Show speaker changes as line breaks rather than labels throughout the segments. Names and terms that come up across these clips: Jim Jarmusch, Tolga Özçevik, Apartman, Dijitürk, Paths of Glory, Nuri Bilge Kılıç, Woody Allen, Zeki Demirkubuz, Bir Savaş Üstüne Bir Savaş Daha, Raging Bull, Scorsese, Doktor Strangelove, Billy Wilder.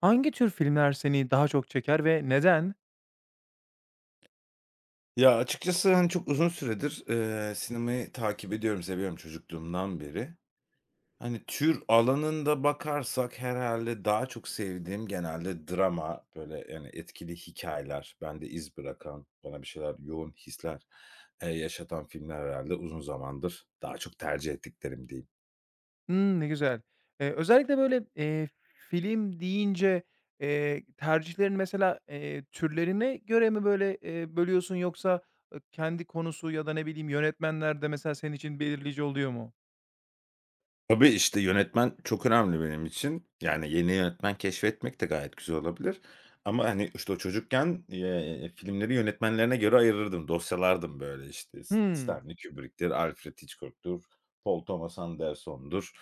Hangi tür filmler seni daha çok çeker ve neden?
Ya, açıkçası, hani, çok uzun süredir, sinemayı takip ediyorum, seviyorum çocukluğumdan beri. Hani, tür alanında bakarsak herhalde daha çok sevdiğim genelde drama, böyle, yani, etkili hikayeler bende iz bırakan, bana bir şeyler, yoğun hisler, yaşatan filmler herhalde uzun zamandır daha çok tercih ettiklerim diyeyim.
Hımm, ne güzel. Özellikle, film deyince, tercihlerin mesela, türlerine göre mi, bölüyorsun yoksa, kendi konusu ya da ne bileyim yönetmenler de mesela senin için belirleyici oluyor mu?
Tabii, işte, yönetmen çok önemli benim için. Yani, yeni yönetmen keşfetmek de gayet güzel olabilir ama, hani, işte, o çocukken, filmleri yönetmenlerine göre ayırırdım, dosyalardım, böyle, işte,
Hımm,
Stanley Kubrick'tir, Alfred Hitchcock'tur, Paul Thomas Anderson'dur,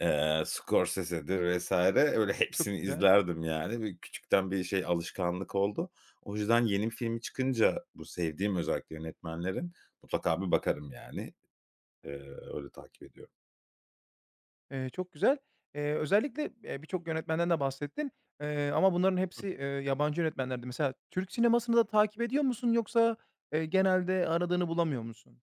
Scorsese'dir vs. Öyle
çok
hepsini
güzel.
izlerdim, yani, ve küçükten bir şey, alışkanlık oldu. O yüzden yeni bir filmi çıkınca bu sevdiğim özellikle yönetmenlerin mutlaka bir bakarım, yani. Eee, öyle takip ediyorum.
Çok güzel. Özellikle, birçok yönetmenden de bahsettin, ama bunların hepsi, yabancı yönetmenlerdi. Mesela Türk sinemasını da takip ediyor musun yoksa, genelde aradığını bulamıyor musun?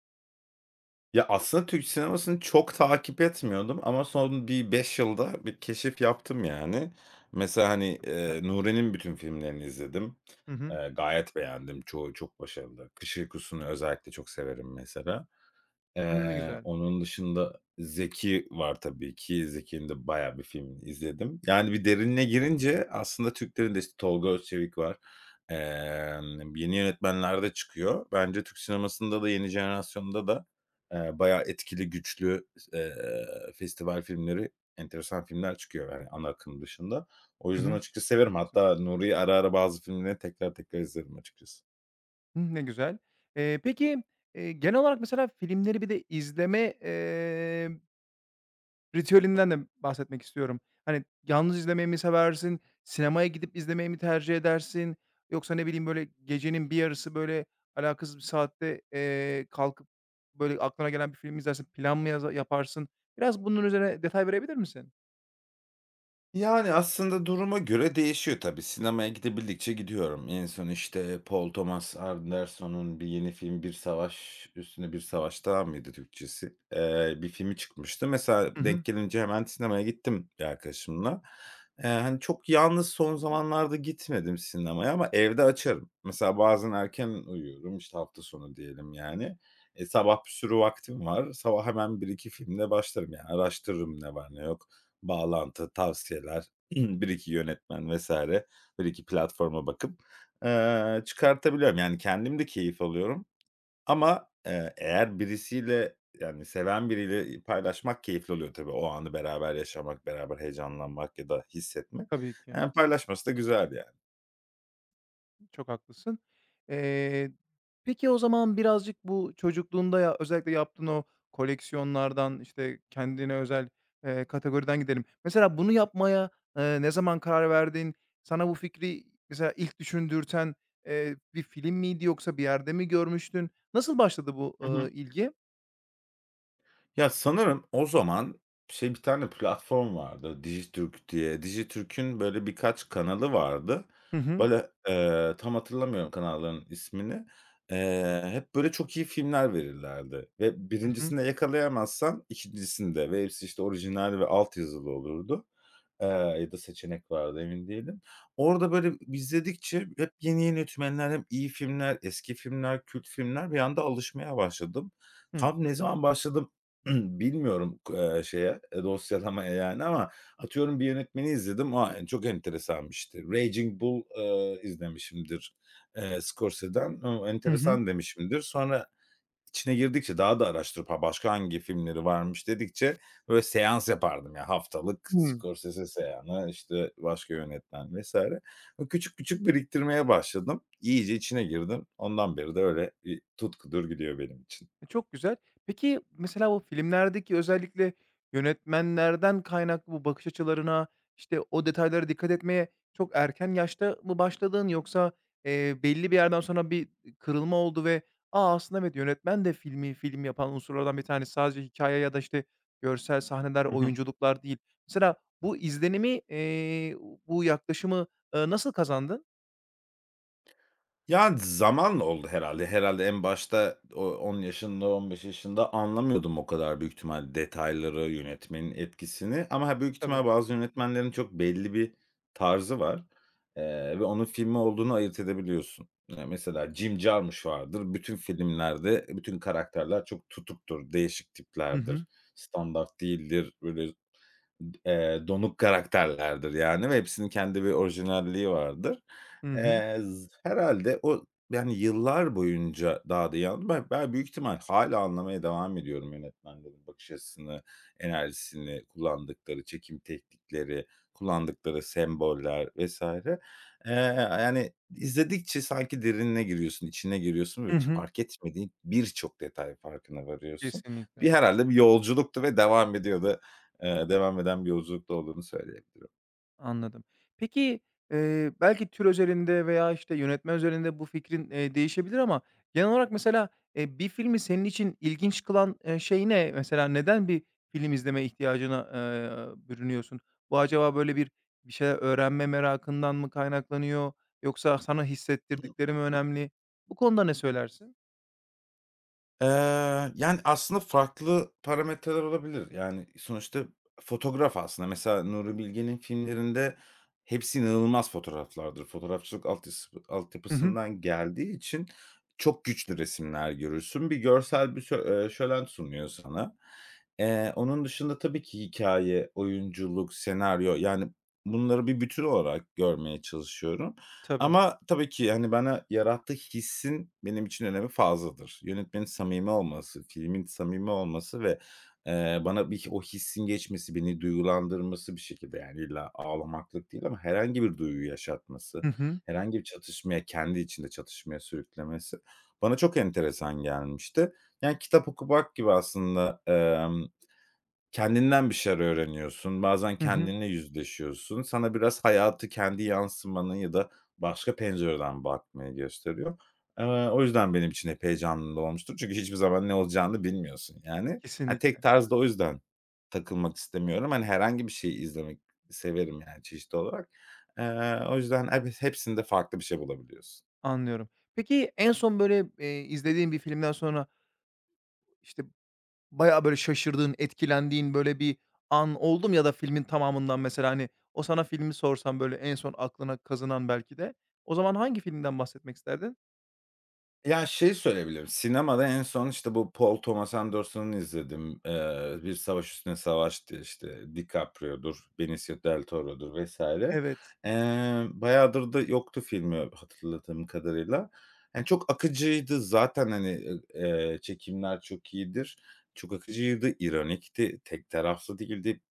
Ya, aslında Türk sinemasını çok takip etmiyordum ama son bir 5 yılda bir keşif yaptım yani. Mesela, hani,
Çok güzel.
Nure'nin bütün filmlerini izledim.
Hı hı.
Gayet beğendim. Çoğu çok başarılı. Kış Uykusu'nu özellikle çok severim mesela.
Hımm, ne
Eee,
güzel.
onun dışında Zeki var tabii ki. Zeki'nin de bayağı bir filmini izledim. Yani bir derinine girince aslında Türklerin de işte Tolga Özçevik var. Yeni yönetmenler de çıkıyor. Bence Türk sinemasında da yeni jenerasyonda da, bayağı etkili, güçlü, eee, festival filmleri, enteresan filmler çıkıyor yani ana akım dışında. O
Hı
yüzden
hı.
açıkçası
Çok
severim.
haklısın.
Hatta Nuri'yi ara ara bazı filmlerini tekrar tekrar izlerim açıkçası.
Hımm, ne güzel. Peki, genel olarak mesela filmleri bir de izleme, ritüelinden de bahsetmek istiyorum. Hani, yalnız izlemeyi mi seversin? Sinemaya gidip izlemeyi mi tercih edersin? Yoksa ne bileyim, böyle, gecenin bir yarısı, böyle, alakasız bir saatte, kalkıp, böyle, aklına gelen bir film izlersin, plan mı yaza yaparsın? Biraz bunun üzerine detay verebilir misin?
Yani, aslında duruma göre değişiyor tabii. Sinemaya gidebildikçe gidiyorum. En son, işte, Paul Thomas Anderson'un bir yeni film, Bir Savaş Üstüne Bir Savaş Daha mıydı Türkçesi? Bir filmi çıkmıştı. Mesela
Hı hı.
denk gelince hemen sinemaya gittim bir arkadaşımla. Hani, çok yalnız son zamanlarda gitmedim sinemaya ama evde açarım. Mesela bazen erken uyuyorum, işte, hafta sonu diyelim yani. Sabah bir sürü vaktim var. Sabah hemen bir iki filmle başlarım yani araştırırım ne var ne yok. Bağlantı, tavsiyeler, bir iki yönetmen vesaire bir iki platforma bakıp, çıkartabiliyorum. Yani kendim de keyif alıyorum ama, eğer birisiyle, yani seven biriyle, paylaşmak keyifli oluyor tabii. O anı beraber yaşamak, beraber heyecanlanmak ya da hissetmek.
Tabii ki.
Paylaşması da güzel yani.
Çok haklısın. Eee, peki o zaman birazcık bu çocukluğunda ya özellikle yaptığın o koleksiyonlardan, işte, kendine özel, kategoriden gidelim. Mesela bunu yapmaya, ne zaman karar verdin? Sana bu fikri mesela ilk düşündürten, bir film miydi yoksa bir yerde mi görmüştün? Nasıl başladı bu, ilgi?
Ya, sanırım o zaman şey, bir tane platform vardı Dijitürk diye. Dijitürk'ün böyle birkaç kanalı vardı.
Hı hı.
Böyle, tam hatırlamıyorum kanalların ismini. Hep böyle çok iyi filmler verirlerdi ve
Hı hı.
birincisinde yakalayamazsan ikincisinde ve hepsi, işte, orijinal ve alt yazılı olurdu. Eee, ya da seçenek vardı, emin değilim. Orada, böyle, izledikçe hep yeni yeni yönetmenler, hem iyi filmler, eski filmler, kült filmler bir anda alışmaya başladım.
Hı.
Tam ne zaman başladım bilmiyorum şeye, dosyalamaya, yani, ama atıyorum bir yönetmeni izledim. A, en çok enteresanmıştı. Raging Bull, izlemişimdir, Scorsese'den. O,
Hı hı.
enteresan demişimdir. Sonra İçine girdikçe daha da araştırıp, ha, başka hangi filmleri varmış dedikçe böyle seans yapardım ya. Haftalık Scorsese seansı, işte, başka yönetmen vesaire. Böyle küçük küçük biriktirmeye başladım. İyice içine girdim. Ondan beri de öyle bir tutkudur gidiyor benim için.
Çok güzel. Peki, mesela o filmlerdeki özellikle yönetmenlerden kaynaklı bu bakış açılarına, işte, o detaylara dikkat etmeye çok erken yaşta mı başladın yoksa, belli bir yerden sonra bir kırılma oldu ve, "A, aslında evet, yönetmen de filmi film yapan unsurlardan bir tanesi. Sadece hikaye ya da, işte, görsel sahneler, oyunculuklar değil." Mesela bu izlenimi, bu yaklaşımı, nasıl kazandın?
Ya, zamanla oldu herhalde. Herhalde en başta o 10 yaşında, 15 yaşında anlamıyordum o kadar büyük ihtimal detayları, yönetmenin etkisini ama ha, büyük
Tabii.
ihtimal bazı yönetmenlerin çok belli bir tarzı var, ve onun filmi olduğunu ayırt edebiliyorsun. Ya, mesela Jim Jarmusch vardır. Bütün filmlerde bütün karakterler çok tutuktur, değişik
Hı
tiplerdir,
hı.
standart değildir, böyle. Donuk karakterlerdir yani ve hepsinin kendi bir orijinalliği vardır.
Hı hı.
Z herhâlde o yani yıllar boyunca daha da iyi anladım. Ben büyük ihtimal hâlâ anlamaya devam ediyorum yönetmenlerin bakış açısını, enerjisini, kullandıkları çekim teknikleri, kullandıkları semboller vs. Eee, yani izledikçe sanki derinine giriyorsun, içine giriyorsun ve
Hı
hiç
hı.
fark etmediğin birçok detay farkına varıyorsun.
Kesinlikle.
Herhâlde bir yolculuktu ve devam ediyor da. Devam eden bir yolculukta olduğunu söyleyebilirim.
Anladım. Peki, belki tür özelinde veya, işte, yönetmen özelinde bu fikrin, değişebilir ama genel olarak mesela, bir filmi senin için ilginç kılan, şey ne? Mesela neden bir film izleme ihtiyacına, bürünüyorsun? Bu acaba böyle bir şeyler öğrenme merakından mı kaynaklanıyor yoksa sana
Hı hı.
hissettirdikleri mi önemli? Bu konuda ne söylersin?
Yani, aslında farklı parametreler olabilir. Yani, sonuçta fotoğraf aslında. Mesela Nuri Bilge'nin filmlerinde hepsi inanılmaz fotoğraflardır. Fotoğrafçılık
Hı hı.
altyapısından geldiği için çok güçlü resimler görürsün. Bir görsel bir şö şölen sunuyor sana. Onun dışında tabii ki hikaye, oyunculuk, senaryo, yani, bunları bir bütün olarak görmeye çalışıyorum.
Tabii.
Ama tabii ki, hani, bana yarattığı hissin benim için önemi fazladır. Yönetmenin samimi olması, filmin samimi olması ve, bana bir o hissin geçmesi, beni duygulandırması bir şekilde, yani, illa ağlamaklık değil ama herhangi bir duyguyu yaşatması,
Hı hı.
herhangi bir çatışmaya, kendi içinde çatışmaya sürüklemesi bana çok enteresan gelmişti. Yani, kitap okumak gibi aslında. Kendinden bir şeyler öğreniyorsun. Bazen
Hı hı.
kendinle yüzleşiyorsun. Sana biraz hayatı kendi yansımanı ya da başka pencereden bakmayı gösteriyor. O yüzden benim için epey canlı olmuştur. Çünkü hiçbir zaman ne olacağını bilmiyorsun yani. Ha, tek
Kesinlikle.
tarzda o yüzden takılmak istemiyorum. Hani, herhangi bir şeyi izlemek severim yani çeşitli olarak. O yüzden hep hepsinde farklı bir şey bulabiliyorsun.
Anlıyorum. Peki en son böyle, izlediğin bir filmden sonra, işte, bayağı böyle şaşırdığın, etkilendiğin böyle bir an oldu mu ya da filmin tamamından mesela, hani, o sana filmi sorsam böyle en son aklına kazınan belki de, o zaman hangi filmden bahsetmek isterdin?
Ya, şey söyleyebilirim, sinemada en son, işte, bu Paul Thomas Anderson'ın izledim. Bir Savaş Üstüne Savaş diye, işte, DiCaprio'dur, Benicio Del Toro'dur vs.
Evet.
Bayağıdır da yoktu filmi hatırladığım kadarıyla. Yani, çok akıcıydı zaten, hani, çekimler çok iyidir. Çok akıcıydı, ironikti, tek taraflı değildi.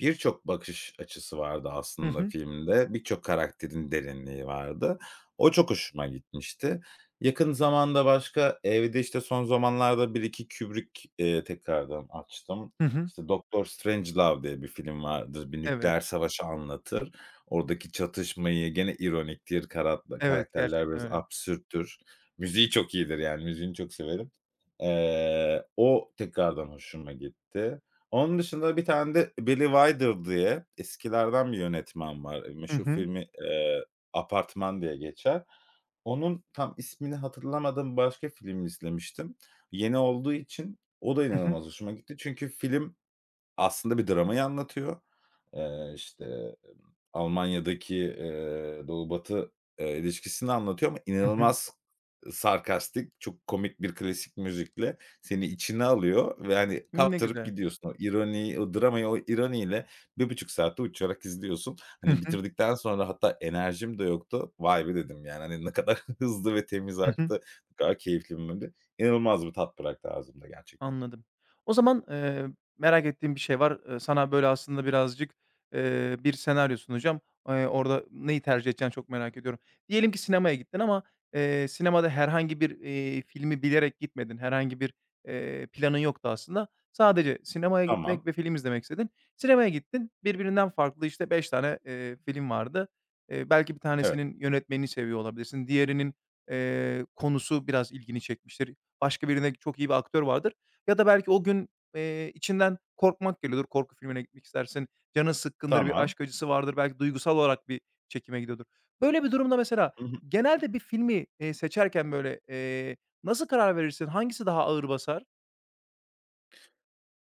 Birçok bakış açısı vardı
Hı
aslında
hı.
filmde. Birçok karakterin derinliği vardı. O çok hoşuma gitmişti. Yakın zamanda başka evde, işte, son zamanlarda bir iki Kubrick, tekrardan açtım.
Hı hı.
İşte, Doktor Strangelove diye bir film vardır. Bir
Evet.
nükleer savaşı anlatır. Oradaki çatışmayı gene ironiktir,
Evet,
karakterler
gerçekten
biraz
öyle.
absürttür. Müziği çok iyidir, yani, müziğini çok severim. O tekrardan hoşuma gitti. Onun dışında bir tane de Billy Wilder diye eskilerden bir yönetmen var. E,
Hı
Meşhur
hı.
filmi, Apartman diye geçer. Onun tam ismini hatırlamadığım başka film izlemiştim. Yeni olduğu için o da
Hı hı.
inanılmaz hoşuma gitti. Çünkü film, aslında bir dramayı anlatıyor. İşte, Almanya'daki, Doğu Batı, ilişkisini anlatıyor ama
Hı hı.
inanılmaz sarkastik, çok komik bir klasik müzikle seni içine alıyor ve, hani,
Ne
kaptırıp
güzel.
gidiyorsun. O ironiyi, o dramayı, o ironiyle 1,5 saatte uçarak izliyorsun.
Hı
Hani,
hı.
bitirdikten sonra hatta enerjim de yoktu. "Vay be!" dedim, yani, hani, "Ne kadar hızlı ve temiz
Hı hı.
aktı, ne kadar keyifli bir bölümdü." İnanılmaz bir tat bıraktı ağzımda gerçekten.
Anladım. O zaman, merak ettiğim bir şey var. Sana, böyle, aslında birazcık, bir senaryo sunacağım. Orada neyi tercih edeceğini çok merak ediyorum. Diyelim ki sinemaya gittin ama, sinemada herhangi bir, filmi bilerek gitmedin. Herhangi bir, planın yoktu aslında. Sadece sinemaya
Tamam.
gitmek ve film izlemek istedin. Sinemaya gittin. Birbirinden farklı, işte, 5 tane, film vardı. Belki bir
Evet.
tanesinin yönetmenini seviyor olabilirsin. Diğerinin, konusu biraz ilgini çekmiştir. Başka birinde çok iyi bir aktör vardır. Ya da belki o gün, içinden korkmak geliyordur. Korku filmine gitmek istersin. Canın sıkkındır, bir
Tamam.
aşk acısı vardır. Belki duygusal olarak bir çekime gidiyordur. Böyle bir durumda mesela
Hı hı.
genelde bir filmi, seçerken, nasıl karar verirsin? Hangisi daha ağır basar?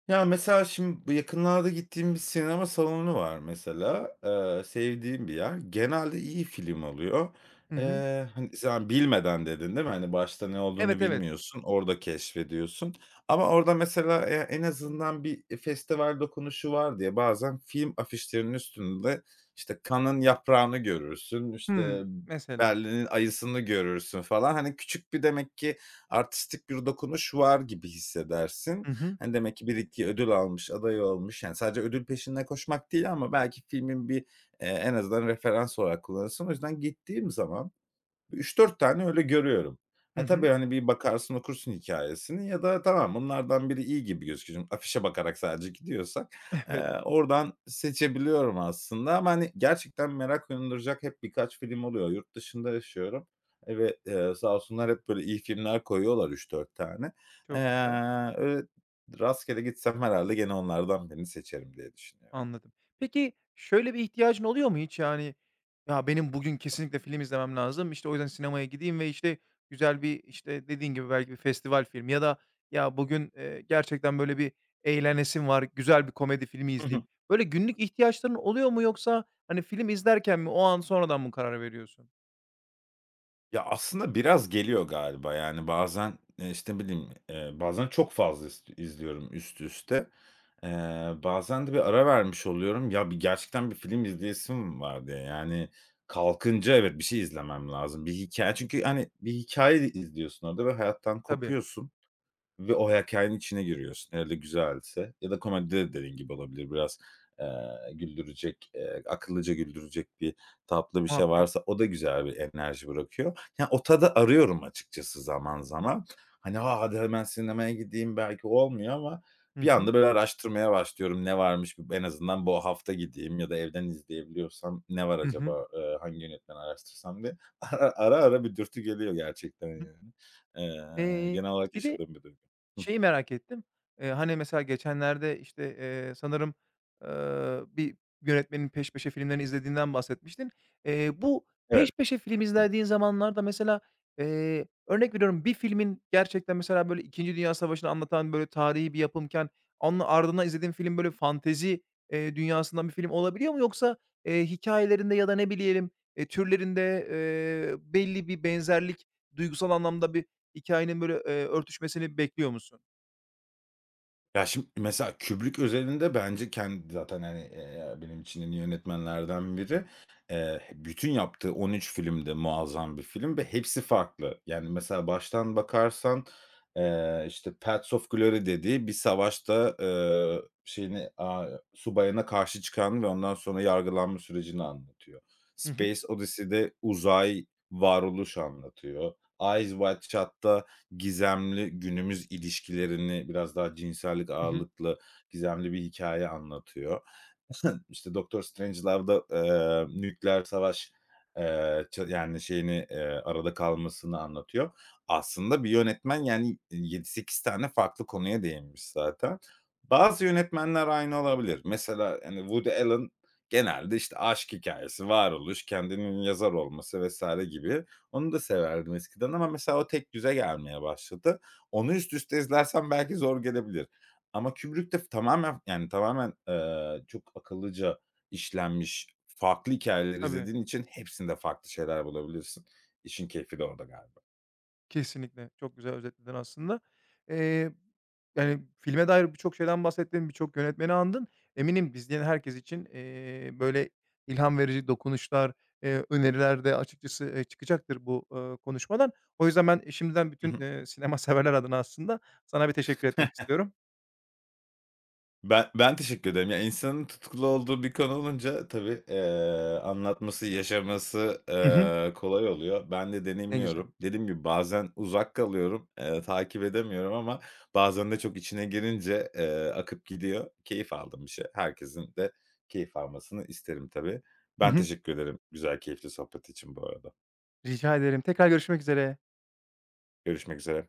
Ya, mesela şimdi bu yakınlarda gittiğim bir sinema salonu var mesela. Sevdiğim bir yer. Genelde iyi film alıyor.
Hı hı.
Hani, sen bilmeden dedin değil mi? Hani, başta ne olduğunu
Evet, evet.
bilmiyorsun, orada keşfediyorsun. Ama orada mesela, en azından bir, festival dokunuşu var diye bazen film afişlerinin üstünde, işte, Cannes'ın yaprağını görürsün, işte,
Hımm, mesela.
Berlin'in ayısını görürsün falan. Hani, küçük bir demek ki artistik bir dokunuş var gibi hissedersin.
Hı hı.
Hani, demek ki 1-2 ödül almış, aday olmuş. Yani, sadece ödül peşinde koşmak değil ama belki filmin bir, en azından referans olarak kullanırsın. O yüzden gittiğim zaman üç dört tane öyle görüyorum.
Hı
Ha, tabii,
hı.
hani, bir bakarsın, okursun hikâyesini ya da tamam, bunlardan biri iyi gibi gözüküyor. Şimdi afişe bakarak sadece gidiyorsak,
Evet,
oradan seçebiliyorum aslında ama, hani, gerçekten merak uyandıracak hep birkaç film oluyor. Yurt dışında yaşıyorum, ve, sağ olsunlar hep böyle iyi filmler koyuyorlar üç dört tane.
çok güzel.
Öyle rastgele gitsem herhalde gene onlardan birini seçerim diye düşünüyorum.
Anladım. Peki, şöyle bir ihtiyacın oluyor mu hiç? Yani, "Ya, benim bugün kesinlikle film izlemem lazım. İşte, o yüzden sinemaya gideyim ve, işte, güzel bir" işte, dediğin gibi belki bir festival filmi ya da "Ya, bugün, gerçekten böyle bir eğlenesim var, güzel bir komedi filmi izleyeyim." Böyle günlük ihtiyaçların oluyor mu yoksa, hani, film izlerken mi, o an sonradan mı karar veriyorsun?
Ya, aslında biraz geliyor galiba. Yani, bazen, işte, ne bileyim, bazen çok fazla izliyorum üst üste. Eee, bazen de bir ara vermiş oluyorum. Ya, bir gerçekten bir film izleyesim var diye. Yani, kalkınca evet, bir şey izlemem lazım. Bir hikaye çünkü, hani, bir hikaye izliyorsun orada ve hayattan
Tabii,
kopuyorsun. Ve o hikâyenin içine giriyorsun. Hele güzelse ya da komedide de dediğin gibi olabilir. Biraz, güldürecek, akıllıca güldürecek bir tatlı bir şey
muhakkak.
varsa o da güzel bir enerji bırakıyor. Yani o tadı arıyorum açıkçası zaman zaman. Hani, "A, hadi hemen sinemaya gideyim." belki olmuyor ama bir
Hı hı.
anda böyle araştırmaya başlıyorum. Ne varmış? En azından bu hafta gideyim ya da evden izleyebiliyorsam ne var
Hı hı.
acaba, hangi yönetmeni araştırsam diye. Ara ara bir dürtü geliyor gerçekten
Hı hı.
yani. Eee,
Eee,
genel olarak
bir de
yaşadığım bir duygu. Hı.
şeyi merak ettim, hani, mesela geçenlerde, işte, sanırım, bir yönetmenin peş peşe filmlerini izlediğinden bahsetmiştin. Bu peş
Evet.
peşe film
Hı.
izlediğin zamanlarda mesela, örnek veriyorum, bir filmin gerçekten mesela, böyle, İkinci Dünya Savaşı'nı anlatan, böyle, tarihi bir yapımken onun ardından izlediğin film, böyle, fantezi, dünyasından bir film olabiliyor mu? Yoksa, hikâyelerinde ya da ne bileyim, türlerinde, belli bir benzerlik, duygusal anlamda bir hikâyenin böyle, örtüşmesini bekliyor musun?
Ya, şimdi mesela Kubrick özelinde bence kendi zaten, hani, benim için en iyi yönetmenlerden biri. Bütün yaptığı 13 film de muazzam bir film ve hepsi farklı. Yani, mesela baştan bakarsan, işte, Paths of Glory dediği bir savaşta, şeyine, subayına karşı çıkan ve ondan sonra yargılanma sürecini anlatıyor.
Hı hı.
Space Odyssey'de uzay varoluş anlatıyor. Eyes Wide Shut'ta gizemli günümüz ilişkilerini biraz daha cinsellik
Hı hı.
ağırlıklı gizemli bir hikaye anlatıyor. İşte Doktor Strange'larda, nükleer savaş, ça yani şeyini, arada kalmasını anlatıyor. Aslında bir yönetmen yani yedi sekiz tane farklı konuya değinmiş zaten. Bazı yönetmenler aynı olabilir. Mesela, yani Woody Allen genelde, işte, aşk hikâyesi, varoluş, kendinin yazar olması vesaire gibi. Onu da severdim eskiden ama mesela o tek tekdüze gelmeye başladı. Onu üst üste izlersen belki zor gelebilir. Ama Kubrick de tamamen, yani, tamamen, çok akıllıca işlenmiş, farklı hikâyeler
Tabii.
izlediğin için hepsinde farklı şeyler bulabilirsin. İşin keyfi de orada galiba.
Kesinlikle. Çok güzel özetledin aslında. Eee, yani, filme dair birçok şeyden bahsettin, birçok yönetmeni andın. Eminim izleyen herkes için, böyle ilham verici dokunuşlar, öneriler de açıkçası, çıkacaktır bu, konuşmadan. O yüzden ben şimdiden
Hı
bütün,
hı.
sinema severler adına aslında sana bir teşekkür etmek istiyorum.
Ben teşekkür ederim. Ya, insanın tutkulu olduğu bir konu olunca tabii, anlatması, yaşaması,
Hı hı.
kolay oluyor. Ben de
Ne güzel.
deneyimliyorum. Dediğim gibi bazen uzak kalıyorum, takip edemiyorum ama bazen de çok içine girince, akıp gidiyor. Keyif aldığım bir şey. Herkesin de keyif almasını isterim tabii.
Hı
Ben
hı.
teşekkür ederim güzel, keyifli sohbet için bu arada.
Rica ederim. Tekrar görüşmek üzere.
Görüşmek üzere.